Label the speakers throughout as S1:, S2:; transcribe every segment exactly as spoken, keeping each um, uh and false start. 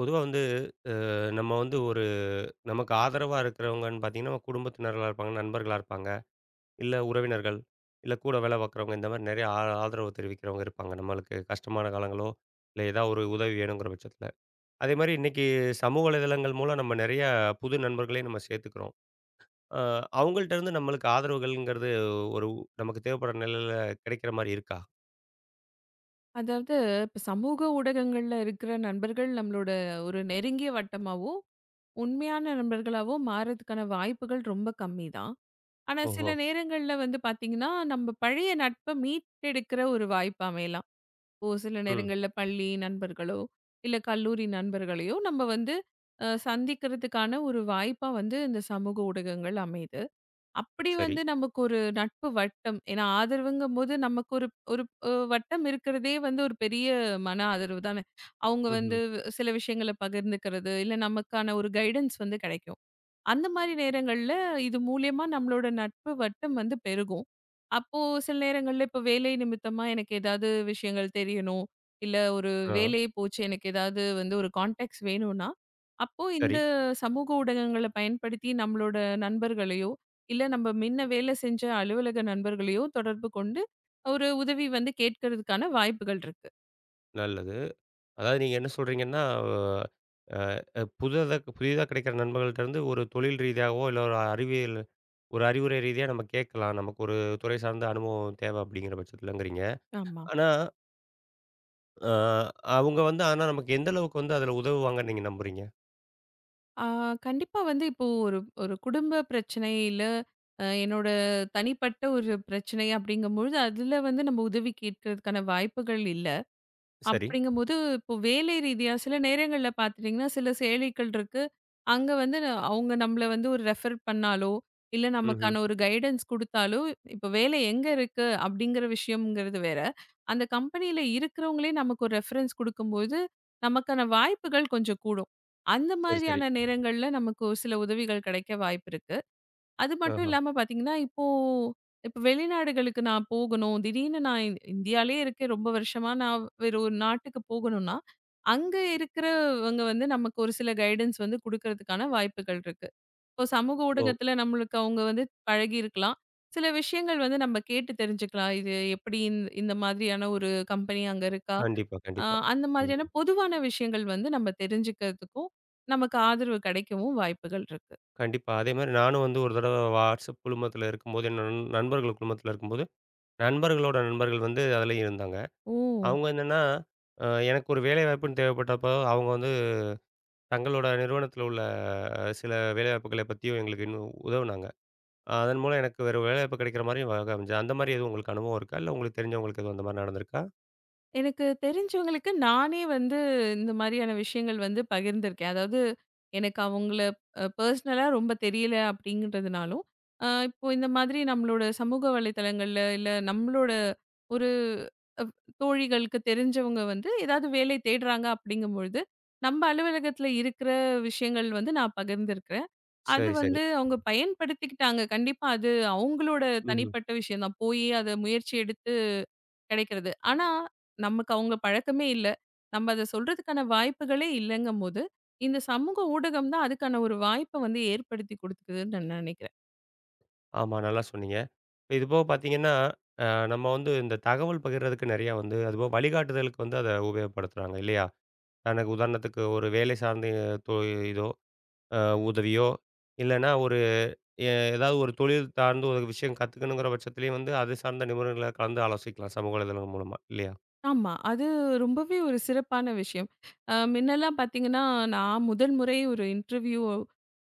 S1: பொதுவா வந்து அஹ், நம்ம வந்து ஒரு நமக்கு ஆதரவா இருக்கிறவங்கன்னு பார்த்தீங்கன்னா, நம்ம குடும்பத்தினர்களா இருப்பாங்க, நண்பர்களா இருப்பாங்க, இல்ல உறவினர்கள், இல்ல கூட வேலை பார்க்குறவங்க இந்த மாரி நெறைய ஆ ஆதரவு தெரிவிக்கிறவங்க இருப்பாங்க. நம்மளுக்கு கஷ்டமான காலங்களோ, இல்ல ஏதாவது ஒரு உதவி வேணுங்கிற பட்சத்தில. அதே மாரி இன்னைக்கு சமூக வலைதளங்கள் மூலம் நம்ம நெறைய புது நண்பர்களையும் நம்ம சேர்த்துக்கிறோம். அ அவங்கள்ட்ட இருந்து நம்மளுக்கு ஆதரவுகள்ங்கிறது ஒரு உ- நமக்கு தேவைப்படுற நிலையில கிடைக்கிற மாரி இருக்கா?
S2: அதாவது இப்ப சமூக ஊடகங்கள்ல இருக்கிற நண்பர்கள் நம்மளோட ஒரு நெருங்கிய வட்டமாவோ, உண்மையான நண்பர்களாவோ மாறதுக்கான வாய்ப்புகள் ரொம்ப கம்மி தான். ஆனா, சில
S1: ஓஹோ!
S2: நேரங்கள்ல வந்து பார்த்தீங்கன்னா, நம்ம பழைய நட்ப மீட்டெடுக்கிற ஒரு வாய்ப்பு அமையலாம். ஓ! சில
S1: ம்.
S2: நேரங்கள்ல பள்ளி நண்பர்களோ, இல்ல கல்லூரி நண்பர்களையோ நம்ம வந்து அ சந்திக்கிறதுக்கான ஒரு வாய்ப்பா வந்து இந்த சமூக ஊடகங்கள் அமையுது. அப்படி
S1: சரி.
S2: வந்து நமக்கு ஒரு நட்பு வட்டம். ஏன்னா ஆதரவுங்கும்போது நமக்கு ஒரு ஒரு அ வட்டம் இருக்கிறதே வந்து ஒரு பெரிய மன ஆதரவு தானே! அவங்க
S1: ம்ஹ்ம்.
S2: வந்து சில விஷயங்கள பகிர்ந்துக்கிறது, இல்ல நமக்கான ஒரு கைடன்ஸ் வந்து கிடைக்கும். அந்த மாரி நேரங்கள்ல இது மூலியமா நம்மளோட நட்பு வட்டம் வந்து பெருகும். அப்போ சில நேரங்கள்ல இப்போ வேலை நிமித்தமா எனக்கு ஏதாவது விஷயங்கள் தெரியணும். இல்ல ஒரு
S1: ஆ.
S2: வேலை போச்சு எனக்கு ஏதாவது வந்து ஒரு கான்டாக்ட்ஸ் வேணும்னா, அப்போ
S1: சரி.
S2: இந்த சமூக ஊடகங்கள பயன்படுத்தி நம்மளோட நண்பர்களையோ, இல்ல நம்ம முன்ன வேலை செஞ்ச அலுவலக நண்பர்களையோ தொடர்பு கொண்டு ஒரு உதவி வந்து கேட்கறதுக்கான வாய்ப்புகள் இருக்கு.
S1: நல்லது. அதாவது நீங்க என்ன சொல்றீங்கன்னா, அ அ புதிதா புதிதா கிடைக்கிற நண்பர்கள்ட்ட இருந்து ஒரு தொழில் ரீதியாவோ, இல்ல ஒரு அறிவியல் ஒரு அறிவுரை ரீதியா நம்ம கேட்கலாம். நமக்கு ஒரு துறை சார்ந்த அனுபவம் தேவை அப்படிங்கிற பட்சத்துலங்கிறீங்க.
S2: ஆமா.
S1: ஆனா, அ அவங்க வந்து ஆனா நமக்கு எந்த அளவுக்கு வந்து அதில உதவுவாங்கன்னு நீங்க நம்புறீங்க?
S2: ஆ, கண்டிப்பா வந்து இப்போ ஒரு ஒரு குடும்ப பிரச்சனை இல்ல அ, என்னோட தனிப்பட்ட ஒரு பிரச்சனை அப்படிங்கும்பொழுது அதுல வந்து நம்ம உதவி கேட்கறதுக்கான வாய்ப்புகள் இல்ல
S1: சரி.
S2: அப்படிங்கும்போது, இப்போ வேலை ரீதியா சில நேரங்கள்ல பார்த்துட்டீங்கன்னா, சில செயலிகள் இருக்கு. அங்க வந்து ந- அவங்க நம்மள வந்து ஒரு ரெஃபர் பண்ணாலோ, இல்ல
S1: ம்ஹ்ம்.
S2: நமக்கான ஒரு கைடன்ஸ் குடுத்தாலோ, இப்போ வேலை எங்க இருக்கு அப்படிங்கிற விஷயம்ங்கிறது வேற. அந்த கம்பெனியில இருக்கிறவங்களே நமக்கு ஒரு ரெஃபரன்ஸ் குடுக்கும்போது, நமக்கான வாய்ப்புகள் கொஞ்சம் கூடும். அந்த
S1: சரி, சரி.
S2: மாதிரியான நேரங்கள்ல நமக்கு ஒரு சில உதவிகள் கிடைக்க வாய்ப்பு இருக்கு. அது மட்டும்
S1: ஆஹா.
S2: இல்லாம பார்த்தீங்கன்னா, இப்போ இப்போ வெளிநாடுகளுக்கு நான் போகணும். திடீர்னு நான் இந் இந்தியாலயே இருக்கேன். ரொம்ப வருஷமா நான் வேற ஒரு நாட்டுக்கு போகணும்னா, அங்க இருக்கிறவங்க வந்து நமக்கு ஒரு சில கைடன்ஸ் வந்து குடுக்கறதுக்கான வாய்ப்புகள் இருக்கு. இப்போ சமூக
S1: ஓ!
S2: ஊடகத்துல நம்மளுக்கு அவங்க வந்து பழகியிருக்கலாம். சில விஷயங்கள் வந்து நம்ம கேட்டு தெரிஞ்சுக்கலாம். இது எப்படி இந் இந்த மாதிரியான ஒரு கம்பெனி அங்க இருக்கா?
S1: கண்டிப்பா,
S2: அ
S1: கண்டிப்பா.
S2: அந்த
S1: ம்.
S2: மாதிரியான பொதுவான விஷயங்கள் வந்து நம்ம தெரிஞ்சுக்கிறதுக்கும், நமக்கு ஆதரவு கிடைக்கவும் வாய்ப்புகள் இருக்கு.
S1: கண்டிப்பா. அதேமாரி நானும் வந்து ஒரு தடவ WhatsApp குழுமத்தில இருக்கும்போது, என் நண் நண்பர்கள் குழுமத்தில இருக்கும்போது, நண்பர்களோட நண்பர்கள் வந்து அதிலயும் இருந்தாங்க.
S2: ஓ!
S1: அவங்க என்னன்னா, அ எனக்கு ஒரு வேலைவாய்ப்புன்னு தேவைப்பட்டப்போ, அவங்க வந்து தங்களோட நிறுவனத்தில உள்ள அஹ், சில வேலைவாய்ப்புகளை பத்தியும் எங்களுக்கு இன்னும் உதவுனாங்க. அதன் மூலம் எனக்கு வேற வேலைவாய்ப்பு கிடைக்கிற மாரியும் வகை அமைஞ்சது. அந்த மாரி எதுவும் உங்களுக்கு அனுபவம் இருக்கா? இல்ல உங்களுக்கு தெரிஞ்சவங்களுக்கு எதுவும் அந்த மாரி நடந்திருக்கா?
S2: எனக்கு தெரிஞ்சவங்களுக்கு நானே வந்து இந்த மாதிரியான விஷயங்கள் வந்து பகிர்ந்திருக்கேன். அதாவது எனக்கு அவங்கள அ பர்சனலா ரொம்ப தெரியல அப்படிங்கிறதுனாலும், அ இப்போ இந்த மாதிரி நம்மளோட சமூக வலைதளங்கள்ல இல்ல நம்மளோட ஒரு அப் தோழிகளுக்கு தெரிஞ்சவங்க வந்து ஏதாவது வேலை தேடுறாங்க அப்படிங்கும்பொழுது, நம்ம அலுவலகத்தில இருக்கிற விஷயங்கள் வந்து நான் பகிர்ந்திருக்கிறேன். அது
S1: சரி, சரி.
S2: வந்து அவங்க பயன்படுத்திக்கிட்டாங்க. கண்டிப்பா அது அவங்களோட
S1: ம்ஹ்ம்.
S2: தனிப்பட்ட விஷயம் தான். போயி அத முயற்சி எடுத்து கிடைக்கிறது. ஆனா, நமக்கு அவங்க பழக்கமே இல்ல. நம்ம அத சொல்றதுக்கான வாய்ப்புகளே இல்லங்கும்போது, இந்த சமூக ஊடகம் தான் அதுக்கான ஒரு வாய்ப்ப வந்து ஏற்படுத்தி குடுத்துக்குதுன்னு நான் நினைக்கிறேன்.
S1: ஆமா, நல்லா சொன்னீங்க. இப்ப இது போக பார்த்தீங்கன்னா, அ நம்ம வந்து இந்த தகவல் பகிர்றதுக்கு நெறையா வந்து அதுபோக வழிகாட்டுதலுக்கு வந்து அத உபயோகப்படுத்துறாங்க இல்லையா? எனக்கு உதாரணத்துக்கு ஒரு வேலை சார்ந்த தொ இதோ அ உதவியோ, இல்லன்னா ஒரு எ ஏதாவது ஒரு தொழில் சார்ந்து ஒரு விஷயம் கத்துக்கணுங்கிற பட்சத்திலயும் வந்து, அது சார்ந்த நிபுணர்கள கலந்து ஆலோசிக்கலாம். சமூக வலைதளங்கள் மூலமா இல்லையா?
S2: ஆமா. அது ரொம்பவே ஒரு சிறப்பான விஷயம். அ முன்னெல்லாம் பார்த்தீங்கன்னா, நான் முதல் முறை ஒரு இன்டர்வியூ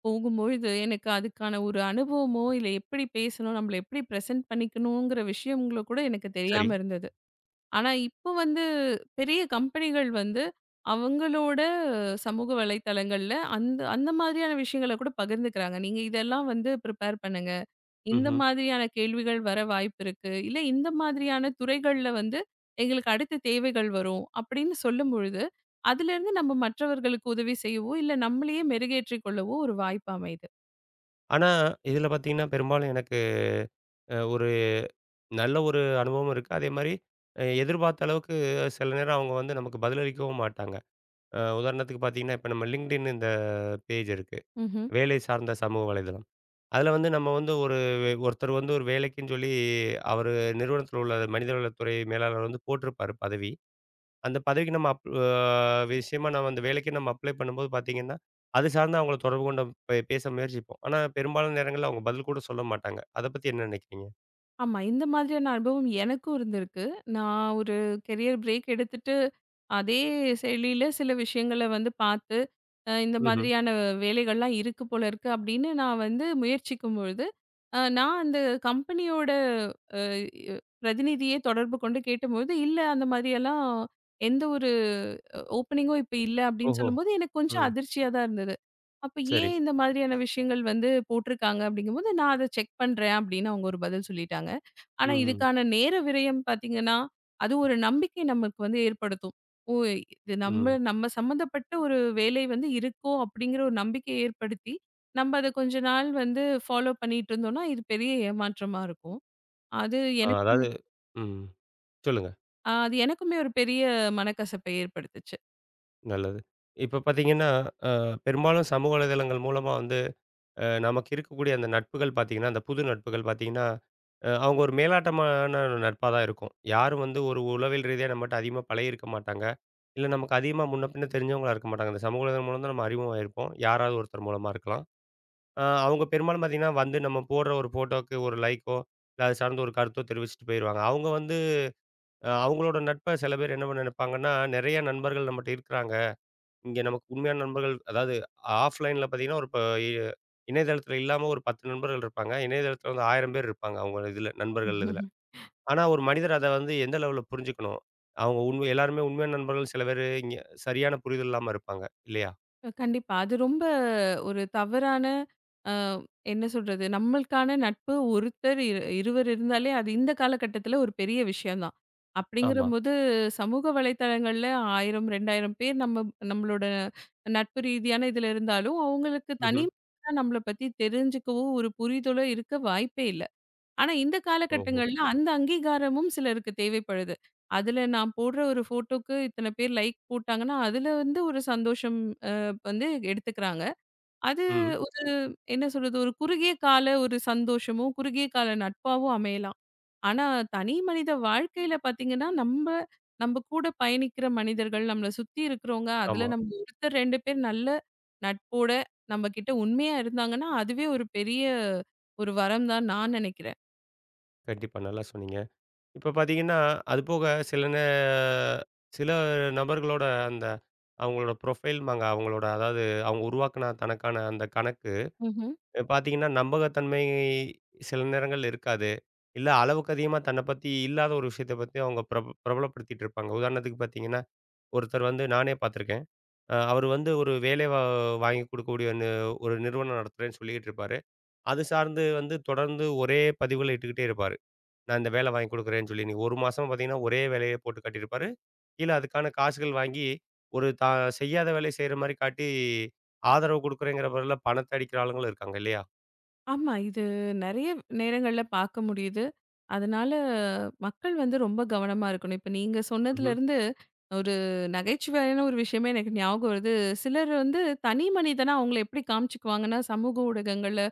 S2: போகும்பொழுது, எனக்கு அதுக்கான ஒரு அனுபவமோ, இல்ல எப்படி பேசணும், நம்மள எப்படி பிரசன்ட் பண்ணிக்கணுங்கிற விஷயங்களோ கூட எனக்கு
S1: சரி.
S2: தெரியாம இருந்தது. ஆனா, இப்போ வந்து பெரிய கம்பெனிகள் வந்து அவங்களோட சமூக வலைத்தளங்கள்ல அந்த அந்த மாதிரியான விஷயங்கள கூட பகிர்ந்துக்கிறாங்க. நீங்க இதெல்லாம் வந்து ப்ரிப்பேர் பண்ணுங்க. இந்த
S1: ம்ஹ்ம்.
S2: மாதிரியான கேள்விகள் வர வாய்ப்பிருக்கு. இல்ல இந்த மாதிரியான துறைகள்ல வந்து எங்களுக்கு அடுத்த தேவைகள் வரும் அப்படின்னு சொல்லும்பொழுது, அதிலிருந்து நம்ம மற்றவர்களுக்கு உதவி செய்யவோ, இல்ல நம்மளையே மெருகேற்றிக் கொள்ளவோ ஒரு வாய்ப்பு அமையுது.
S1: ஆனா, இதில பார்த்தீங்கன்னா, பெரும்பாலும் எனக்கு அ ஒரு நல்ல ஒரு அனுபவமும் இருக்கு. அதேமாரி அ எதிர்பார்த்த அளவுக்கு சில நேரம் அவங்க வந்து நமக்கு பதிலளிக்கவும் மாட்டாங்க. அ உதாரணத்துக்கு பார்த்தீங்கன்னா, இப்ப நம்ம LinkedIn இந்த பேஜ் இருக்கு. வேலை சார்ந்த சமூக வலைதளம். அதில வந்து நம்ம வந்து ஒரு வே- ஒருத்தர் வந்து ஒரு வேலைக்குன்னு சொல்லி அவரு நிறுவனத்தில உள்ள மனிதவளத்துறை மேலாளர் வந்து போட்டிருப்பாரு பதவி. அந்த பதவிக்கு நம்ம அப் அ விஷயமா நம்ம அந்த வேலைக்கு நம்ம அப்ளை பண்ணும்போது பார்த்தீங்கன்னா, அது சார்ந்து அவங்கள தொடர்பு கொண்டு பே பேச முயற்சிப்போம். ஆனா பெரும்பாலான நேரங்கள்ல அவங்க பதில் கூட சொல்ல மாட்டாங்க. அத பத்தி என்ன நினைக்கிறீங்க?
S2: ஆமா. இந்த மாதிரியான அனுபவம் எனக்கும் இருந்திருக்கு. நான் ஒரு கெரியர் பிரேக் எடுத்துட்டு, அதே செயலியில சில விஷயங்கள வந்து பார்த்து, அ இந்த
S1: ம்ஹ்ம்.
S2: மாதிரியான வேலைகள்லாம் இருக்கு போல இருக்கு அப்படின்னு நான் வந்து முயற்சிக்கும் பொழுது, அ நான் அந்த கம்பெனியோட அ பிரதிநிதியே தொடர்பு கொண்டு கேட்டபோது, "இல்ல அந்த மாதிரியெல்லாம் எந்த ஒரு ஓப்பனிங்கும் இப்ப இல்ல" அப்படின்னு
S1: ஓஹோ!
S2: சொல்லும்போது, எனக்கு கொஞ்சம்
S1: ம்.
S2: அதிர்ச்சியா தான் இருந்தது. அப்ப ஏன்
S1: சரி.
S2: இந்த மாதிரியான விஷயங்கள் வந்து போட்டிருக்காங்க அப்படிங்கும்போது, நான் அத செக் பண்றேன் அப்படின்னு அவங்க ஒரு பதில் சொல்லிட்டாங்க. ஆனா,
S1: ம்ஹ்ம்.
S2: இதுக்கான நேர விரயம் பார்த்தீங்கன்னா, அது ஒரு நம்பிக்கை நமக்கு வந்து ஏற்படுத்தும். ஓ! இது நம்ம
S1: ம்.
S2: நம்ம சம்மந்தப்பட்ட ஒரு வேலை வந்து இருக்கோ அப்படிங்கிற ஒரு நம்பிக்கையை ஏற்படுத்தி, நம்ம அத கொஞ்ச நாள் வந்து ஃபாலோ பண்ணிட்டு இருந்தோம்னா, இது பெரிய ஏமாற்றமா இருக்கும். அது
S1: அ
S2: எனக்குமே
S1: அதாவது ம். சொல்லுங்க.
S2: அ அது எனக்குமே ஒரு பெரிய மனக்கசப்பை ஏற்படுத்துச்சு.
S1: நல்லது. இப்ப பார்த்தீங்கன்னா, அ பெரும்பாலும் சமூக வலைதளங்கள் மூலமா வந்து அ நமக்கு இருக்கக்கூடிய அந்த நட்புகள் பார்த்தீங்கன்னா, அந்த புது நட்புகள் பார்த்தீங்கன்னா, அ அவங்க ஒரு மேலாட்டமான நட்பா தான் இருக்கும். யாரும் வந்து ஒரு உளவியல் ரீதியா நம்மட்ட அதிகமா பழகியிருக்க மாட்டாங்க. இல்ல நமக்கு அதிகமா முன்ன பின்ன தெரிஞ்சவங்களா இருக்க மாட்டாங்க. இந்த சமூக ஊடகம் மூலம் தான் நம்ம அறிமுகமாயிருப்போம். யாராவது ஒருத்தர் மூலமா இருக்கலாம். அ அவங்க பெரும்பாலும் பார்த்தீங்கன்னா, வந்து நம்ம போடுற ஒரு ஃபோட்டோக்கு ஒரு லைக்கோ, இல்ல அது சார்ந்த ஒரு கருத்தோ தெரிவிச்சுட்டு போயிருவாங்க. அவங்க வந்து அ அவங்களோட நட்ப சில பேர் என்ன பண்ண நினைப்பாங்கன்னா, நெறைய நண்பர்கள் நம்மட்ட இருக்கிறாங்க. இங்க நமக்கு உண்மையான நண்பர்கள் அதாவது ஆஃப்லைன்ல பார்த்தீங்கன்னா, ஒரு ப இ இணையதளத்தில இல்லாம ஒரு பத்து நண்பர்கள் இருப்பாங்க. இணையதளத்தில வந்து ஆயிரம் பேர் இருப்பாங்க, அவங்க இதுல நண்பர்கள் இதுல. ஆனா, ஒரு மனிதர் அத வந்து எந்த லெவல்ல புரிஞ்சுக்கணும்? அவங்க உண்மை எல்லாருமே உண்மையான நண்பர்கள் சில பேரு இங்க சரியான புரிதல் இல்லாம இருப்பாங்க, இல்லையா?
S2: அ கண்டிப்பா. அது ரொம்ப ஒரு தவறான அ என்ன சொல்றது? நம்மளுக்கான நட்பு ஒருத்தர் இரு இருவர் இருந்தாலே, அது இந்த காலகட்டத்தில ஒரு பெரிய விஷயம் தான்.
S1: ஆமா.
S2: அப்படிங்கிறபோது சமூக வலைதளங்கள்ல ஆயிரம், இரண்டாயிரம் பேர் நம்ம நம்மளோட நட்பு ரீதியான இதில இருந்தாலும், அவங்களுக்கு
S1: ம்ஹ்ம்.
S2: தனி நம்மள பத்தி தெரிஞ்சுக்கவோ, ஒரு புரிதலோ இருக்க வாய்ப்பே இல்ல. ஆனா, இந்த
S1: ஓஹோ!
S2: காலகட்டங்கள்ல அந்த அங்கீகாரமும் சிலருக்கு தேவைப்படுது. அதுல நான் போடுற ஒரு ஃபோட்டோக்கு இத்தன பேர் லைக் போட்டாங்கன்னா, அதுல வந்து ஒரு சந்தோஷம் அ வந்து எடுத்துக்கிறாங்க. அது
S1: ம்.
S2: ஒரு என்ன சொல்றது? ஒரு குறுகிய கால ஒரு சந்தோஷமும், குறுகிய கால நட்பாவும் அமையலாம். ஆனா, தனி மனித வாழ்க்கையில பார்த்தீங்கன்னா, நம்ப நம்ப கூட பயணிக்கிற மனிதர்கள், நம்மள சுத்தி இருக்கிறவங்க, அதுல
S1: ஆமா.
S2: நம்ம ஒருத்தர் இரண்டு பேர் நல்ல நட்போட நம்ம கிட்ட உண்மையா இருந்தாங்கன்னா, அதுவே ஒரு பெரிய ஒரு வரம் தான் நான் நெனைக்கிறேன்.
S1: கண்டிப்பா. நல்லா சொன்னீங்க. இப்ப பார்த்தீங்கன்னா, அதுபோக சில நே சில நபர்களோட அந்த அவங்களோட ப்ரொஃபைல்ம்பாங்க. அவங்களோட அதாவது அவங்க உருவாக்குன தனக்கான அந்த கணக்கு
S2: ம்ஹ்ம்.
S1: அ பார்த்தீங்கன்னா, நம்பகத்தன்மை சில நேரங்கள் இருக்காது. இல்ல அளவுக்கு அதிகமா தன்ன பத்தி இல்லாத ஒரு விஷயத்த பத்தி அவங்க பிரப பிரபலப்படுத்திட்டு இருப்பாங்க. உதாரணத்துக்கு பார்த்தீங்கன்னா, ஒருத்தர் வந்து நானே பார்த்துருக்கேன். அ அவரு வந்து ஒரு வேலை வா வாங்கி கொடுக்கக்கூடிய நி ஒரு நிறுவனம் நடத்துறேன்னு சொல்லிக்கிட்டு இருப்பாரு. அது சார்ந்து வந்து தொடர்ந்து ஒரே பதிவுகள இட்டுக்கிட்டே இருப்பாரு. நான் இந்த வேலை வாங்கி கொடுக்குறேன்னு சொல்லி. நீங்க ஒரு மாசமா பார்த்தீங்கன்னா, ஒரே வேலைய போட்டு காட்டியிருப்பாரு. கீழ அதுக்கான காசுகள் வாங்கி ஒரு தான் செய்யாத வேலைய செய்ற மாரி காட்டி, ஆதரவு குடுக்குறேங்கிற பேர்ல பணத்த அடிக்கிற ஆளுங்களும் இருக்காங்க இல்லையா?
S2: ஆமா. இது நெறைய நேரங்கள்ல பார்க்க முடியுது. அதனால மக்கள் வந்து ரொம்ப கவனமா இருக்கணும். இப்ப நீங்க
S1: ம்ஹ்ம்.
S2: சொன்னதுலருந்து ஒரு நகைச்சுவையான ஒரு விஷயமே எனக்கு ஞாபகம் வருது. சிலர் வந்து தனி மனிதனா அவங்கள எப்படி காமிச்சுக்குவாங்கன்னா, சமூக ஊடகங்கள்ல,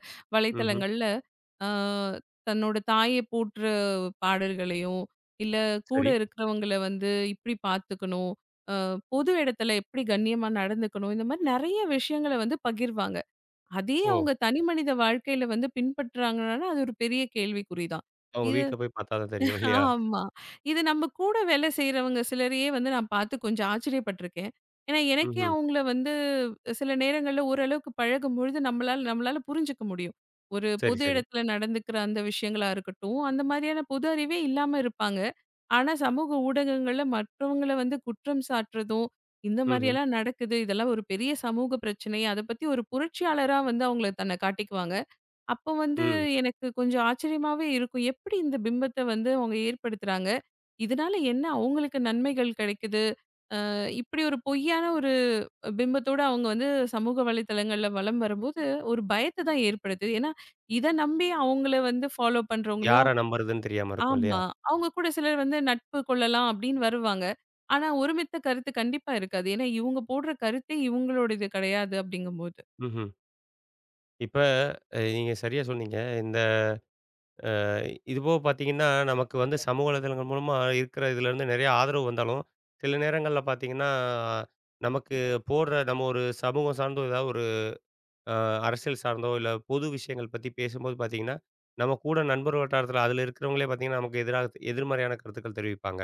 S1: ம்ஹ்ம்.
S2: வலைத்தளங்கள்ல ஆ தன்னோட தாய போற்ற பாடல்களையும், இல்ல கூட
S1: சரி.
S2: இருக்கிறவங்கள வந்து இப்படி பார்த்துக்கணும், அ பொது இடத்துல எப்படி கண்ணியமா நடந்துக்கணும், இந்த மாரி நெறைய விஷயங்கள வந்து பகிர்வாங்க. அதே
S1: ஓ!
S2: அவங்க தனி மனித வாழ்க்கையில வந்து பின்பற்றாங்கன்னா, அது ஒரு பெரிய கேள்விக்குறிதான்.
S1: அவங்க
S2: இது
S1: வீட்ல போய் பார்த்தா தான் தெரியும் இல்லையா?
S2: ஆமா. இது நம்ம கூட வேலை செய்றவங்க சிலரையே வந்து நான் பார்த்து கொஞ்சம் ஆச்சரியப்பட்டுருக்கேன். ஏன்னா, எனக்கே
S1: ம்ஹ்ம்.
S2: அவங்கள வந்து சில நேரங்கள்ல ஓரளவுக்கு பழகும்பொழுது நம்மளால நம்மளால புரிஞ்சுக்க முடியும். ஒரு
S1: சரி,
S2: பொது
S1: சரி.
S2: இடத்துல நடந்துக்கிற அந்த விஷயங்களா இருக்கட்டும், அந்த மாரியான பொது அறிவே இல்லாம இருப்பாங்க. ஆனா சமூக ஊடகங்கள்ல மற்றவங்கள வந்து குற்றம் சாட்டுறதும், இந்த
S1: ம்ஹ்ம்.
S2: மாரியெல்லாம் நடக்குது. இதெல்லாம் ஒரு பெரிய சமூக பிரச்சனை. அத பத்தி ஒரு புரட்சியாளரா வந்து அவங்கள தன்னை காட்டிக்குவாங்க. அப்போ வந்து
S1: ம்.
S2: எனக்கு கொஞ்சம் ஆச்சரியமாவே இருக்கும். எப்படி இந்த பிம்பத்த வந்து அவங்க ஏற்படுத்துறாங்க? இதனால என்ன அவங்களுக்கு நன்மைகள் கிடைக்குது? அ இப்படி ஒரு பொய்யான ஒரு பிம்பத்தோட அவங்க வந்து சமூக வலைதளங்கள்ல வலம் வரும்போது, ஒரு பயத்த தான் ஏற்படுத்துது. ஏன்னா, இத நம்பி அவங்கள வந்து ஃபாலோ பண்றவங்களையும்
S1: யார நம்புறதுன்னு தெரியாம இருக்கும் இல்லையா?
S2: ஆமா. அவங்க கூட சிலர் வந்து நட்பு கொள்ளலாம் அப்படின்னு வருவாங்க. ஆனா, ஒருமித்த கருத்து கண்டிப்பா இருக்காது. ஏன்னா, இவங்க போடுற கருத்தே இவங்களோடது கிடையாது அப்படிங்கும்போது.
S1: ம்ஹ்ம். இப்ப அ நீங்க சரியா சொன்னீங்க. இந்த இதுபோக பார்த்தீங்கன்னா, நமக்கு வந்து சமூக வலைதளங்கள் மூலமா இருக்கிற இதுலேருந்து நிறைய ஆதரவு வந்தாலும், சில நேரங்கள்ல பார்த்தீங்கன்னா, நமக்கு போடுற நம்ம ஒரு சமூகம் சார்ந்தோ, ஏதாவது ஒரு அ அரசியல் சார்ந்தோ, இல்ல பொது விஷயங்கள் பத்தி பேசும்போது பார்த்தீங்கன்னா, நம்ம கூட நண்பர் வட்டாரத்தில அதில இருக்கிறவங்களே பார்த்தீங்கன்னா, நமக்கு எதிராக எதிர்மறையான கருத்துக்கள் தெரிவிப்பாங்க.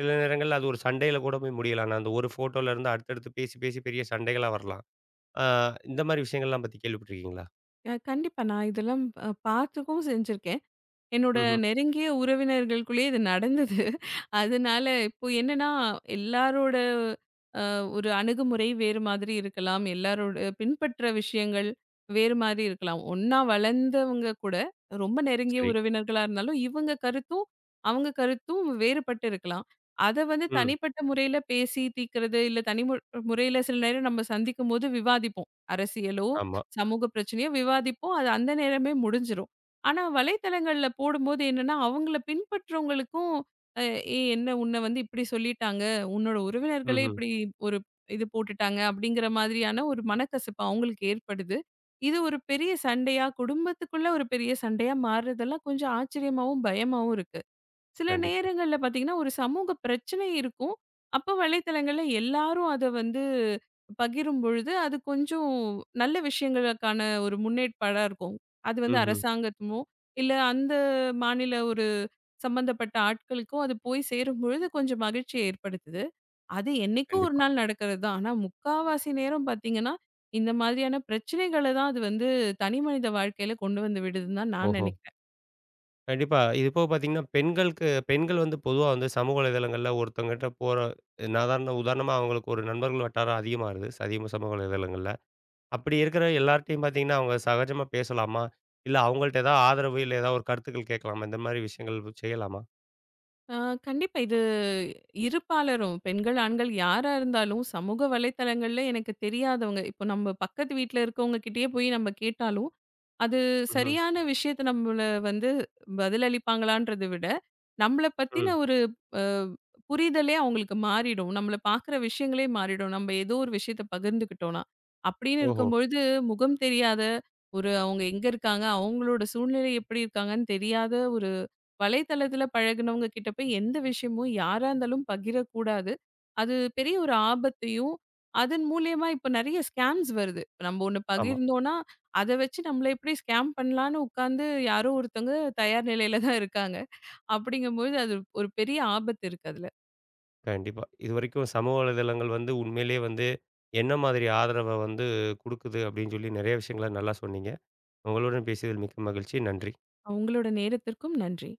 S1: சில நேரங்கள்ல அது ஒரு சண்டையில கூட போய் முடியலாம். நான் அந்த ஒரு ஃபோட்டோல இருந்து அடுத்தடுத்து பேசி, பேசி பெரிய சண்டைகளா வரலாம். ஆ இந்த மாரி விஷயங்கள்லாம் பத்தி கேள்விப்பட்டுருக்கீங்களா?
S2: அ கண்டிப்பா. நான் இதெல்லாம் அ பார்த்துக்கவும் செஞ்சிருக்கேன். என்னோட
S1: ம்ஹ்ம்.
S2: நெருங்கிய உறவினர்களுக்குள்ளேயே இது நடந்தது. அதனால இப்போ என்னன்னா எல்லாரோட ஒரு அணுகுமுறை வேறு மாதிரி இருக்கலாம். எல்லாரோட பின்பற்ற விஷயங்கள் வேறு மாதிரி இருக்கலாம். ஒண்ணா வளர்ந்தவங்க கூட ரொம்ப நெருங்கிய
S1: சரி.
S2: உறவினர்களா இருந்தாலும், இவங்க கருத்தும், அவங்க கருத்தும் வேறுபட்டு இருக்கலாம். அத வந்து
S1: ம்.
S2: தனிப்பட்ட முறையில பேசி தீர்க்கிறது, இல்ல தனி மு முறையில சில நேரம் நம்ம சந்திக்கும்போது விவாதிப்போம். அரசியலோ,
S1: ஆமா.
S2: சமூக பிரச்சனையோ விவாதிப்போம். அது அந்த நேரமே முடிஞ்சிரும். ஆனா வலைத்தளங்கள்ல போடும்போது என்னன்னா, அவங்கள பின்பற்றவங்களுக்கும், அ "ஏய் என்ன உன்ன வந்து இப்படி சொல்லிட்டாங்க. உன்னோட உறவினர்களே
S1: ம்ஹ்ம்.
S2: இப்படி ஒரு இது போட்டுட்டாங்க" அப்படிங்கிற மாதிரியான ஒரு மனக்கசப்பு அவங்களுக்கு ஏற்படுது. இது ஒரு பெரிய சண்டையா, குடும்பத்துக்குள்ள ஒரு பெரிய சண்டையா மாறுறதெல்லாம் கொஞ்சம் ஆச்சரியமாவும், பயமாவும் இருக்கு. சில
S1: கண்டிப்பா.
S2: நேரங்கள்ல பார்த்தீங்கன்னா, ஒரு சமூக பிரச்சனை இருக்கும். அப்ப வலைத்தளங்கள்ல எல்லாரும் அத வந்து பகிரும் பொழுது, அது கொஞ்சம் நல்ல விஷயங்களுக்கான ஒரு முன்னேற்பாடா இருக்கும். அது வந்து
S1: ம்ஹ்ம்.
S2: அரசாங்கத்துமோ, இல்ல அந்த மாநில ஒரு சம்பந்தப்பட்ட ஆட்களுக்கோ அது போய் சேரும்பொழுது கொஞ்சம் மகிழ்ச்சிய ஏற்படுத்துது. அது என்னைக்கோ ஒரு
S1: கண்டிப்பா.
S2: நாள் நடக்கிறது தான். ஆனா, முக்காவாசி நேரம் பார்த்தீங்கன்னா, இந்த மாதிரியான பிரச்சனைகள தான் அது வந்து தனி மனித வாழ்க்கையில கொண்டு வந்து விடுதுன்னு தான் நான்
S1: ஓஹோ!
S2: நினைக்கிறேன்.
S1: கண்டிப்பா. இது போக பார்த்தீங்கன்னா, பெண்களுக்கு பெண்கள் வந்து பொதுவா வந்து சமூக வலைதளங்கள்ல ஒருத்தவங்ககிட்ட போற சாதாரண உதாரணமா அவங்களுக்கு ஒரு நண்பர்கள் வட்டாரம் அதிகமா வருது. அதிகமா சமூக வலைதளங்கள்ல. அப்படி இருக்கிற எல்லார்ட்டயும் பார்த்தீங்கன்னா, அவங்க சகஜமா பேசலாமா? இல்ல அவங்கள்ட்ட ஏதாவது ஆதரவு, இல்ல ஏதாவது ஒரு கருத்துக்கள் கேட்கலாமா? இந்த மாரி விஷயங்கள் செய்யலாமா?
S2: ஆ கண்டிப்பா. இது இருபாலரும் பெண்கள், ஆண்கள் யாரா இருந்தாலும் சமூக வலைத்தளங்கள்ல எனக்கு தெரியாதவங்க இப்போ நம்ம பக்கத்து வீட்ல இருக்கவங்க கிட்டயே போய் நம்ம கேட்டாலும் அது
S1: ம்ஹ்ம்.
S2: சரியான விஷயத்த நம்மள வந்து பதிலளிப்பாங்களான்றத விட, நம்மள
S1: ம்.
S2: பத்தின ஒரு அ புரிதலே அவங்களுக்கு மாறிடும். நம்மள பார்க்குற விஷயங்களே மாறிடும். நம்ம ஏதோ ஒரு விஷயத்த பகிர்ந்துக்கிட்டோம்னா. அப்படின்னு
S1: ஓஹோ!
S2: இருக்கும்பொழுது, முகம் தெரியாத ஒரு அவங்க எங்க இருக்காங்க? அவங்களோட சூழ்நிலை எப்படி இருக்காங்கன்னு தெரியாத வலைத்தளத்துல பழகுனவங்க கிட்ட போய் எந்த விஷயமும் யாரா இருந்தாலும் பகிரக்கூடாது. அது பெரிய ஒரு ஆபத்தையும், அதன் மூலியமா இப்ப நெறைய ஸ்கேம்ஸ் வருது. இப்ப நம்ம ஒண்ணு
S1: ஆமா.
S2: பகிர்ந்தோம்னா, அத வச்சு நம்மள எப்படி ஸ்கேம் பண்ணலான்னு உட்காந்து யாரோ ஒருத்தவங்க தயார் நிலையில தான் இருக்காங்க. அப்படிங்கும்போது அது ஒரு பெரிய ஆபத்து இருக்கு அதுல.
S1: கண்டிப்பா. இதுவரைக்கும் சமூக வலைதளங்கள் வந்து உண்மையிலேயே வந்து என்ன மாதிரி ஆதரவ வந்து குடுக்குது அப்படின்னு சொல்லி நெறைய விஷயங்கள நல்லா சொன்னீங்க. உங்களுடன் பேசியதில் மிக்க மகிழ்ச்சி. நன்றி.
S2: உங்களோட நேரத்திற்கும் நன்றி.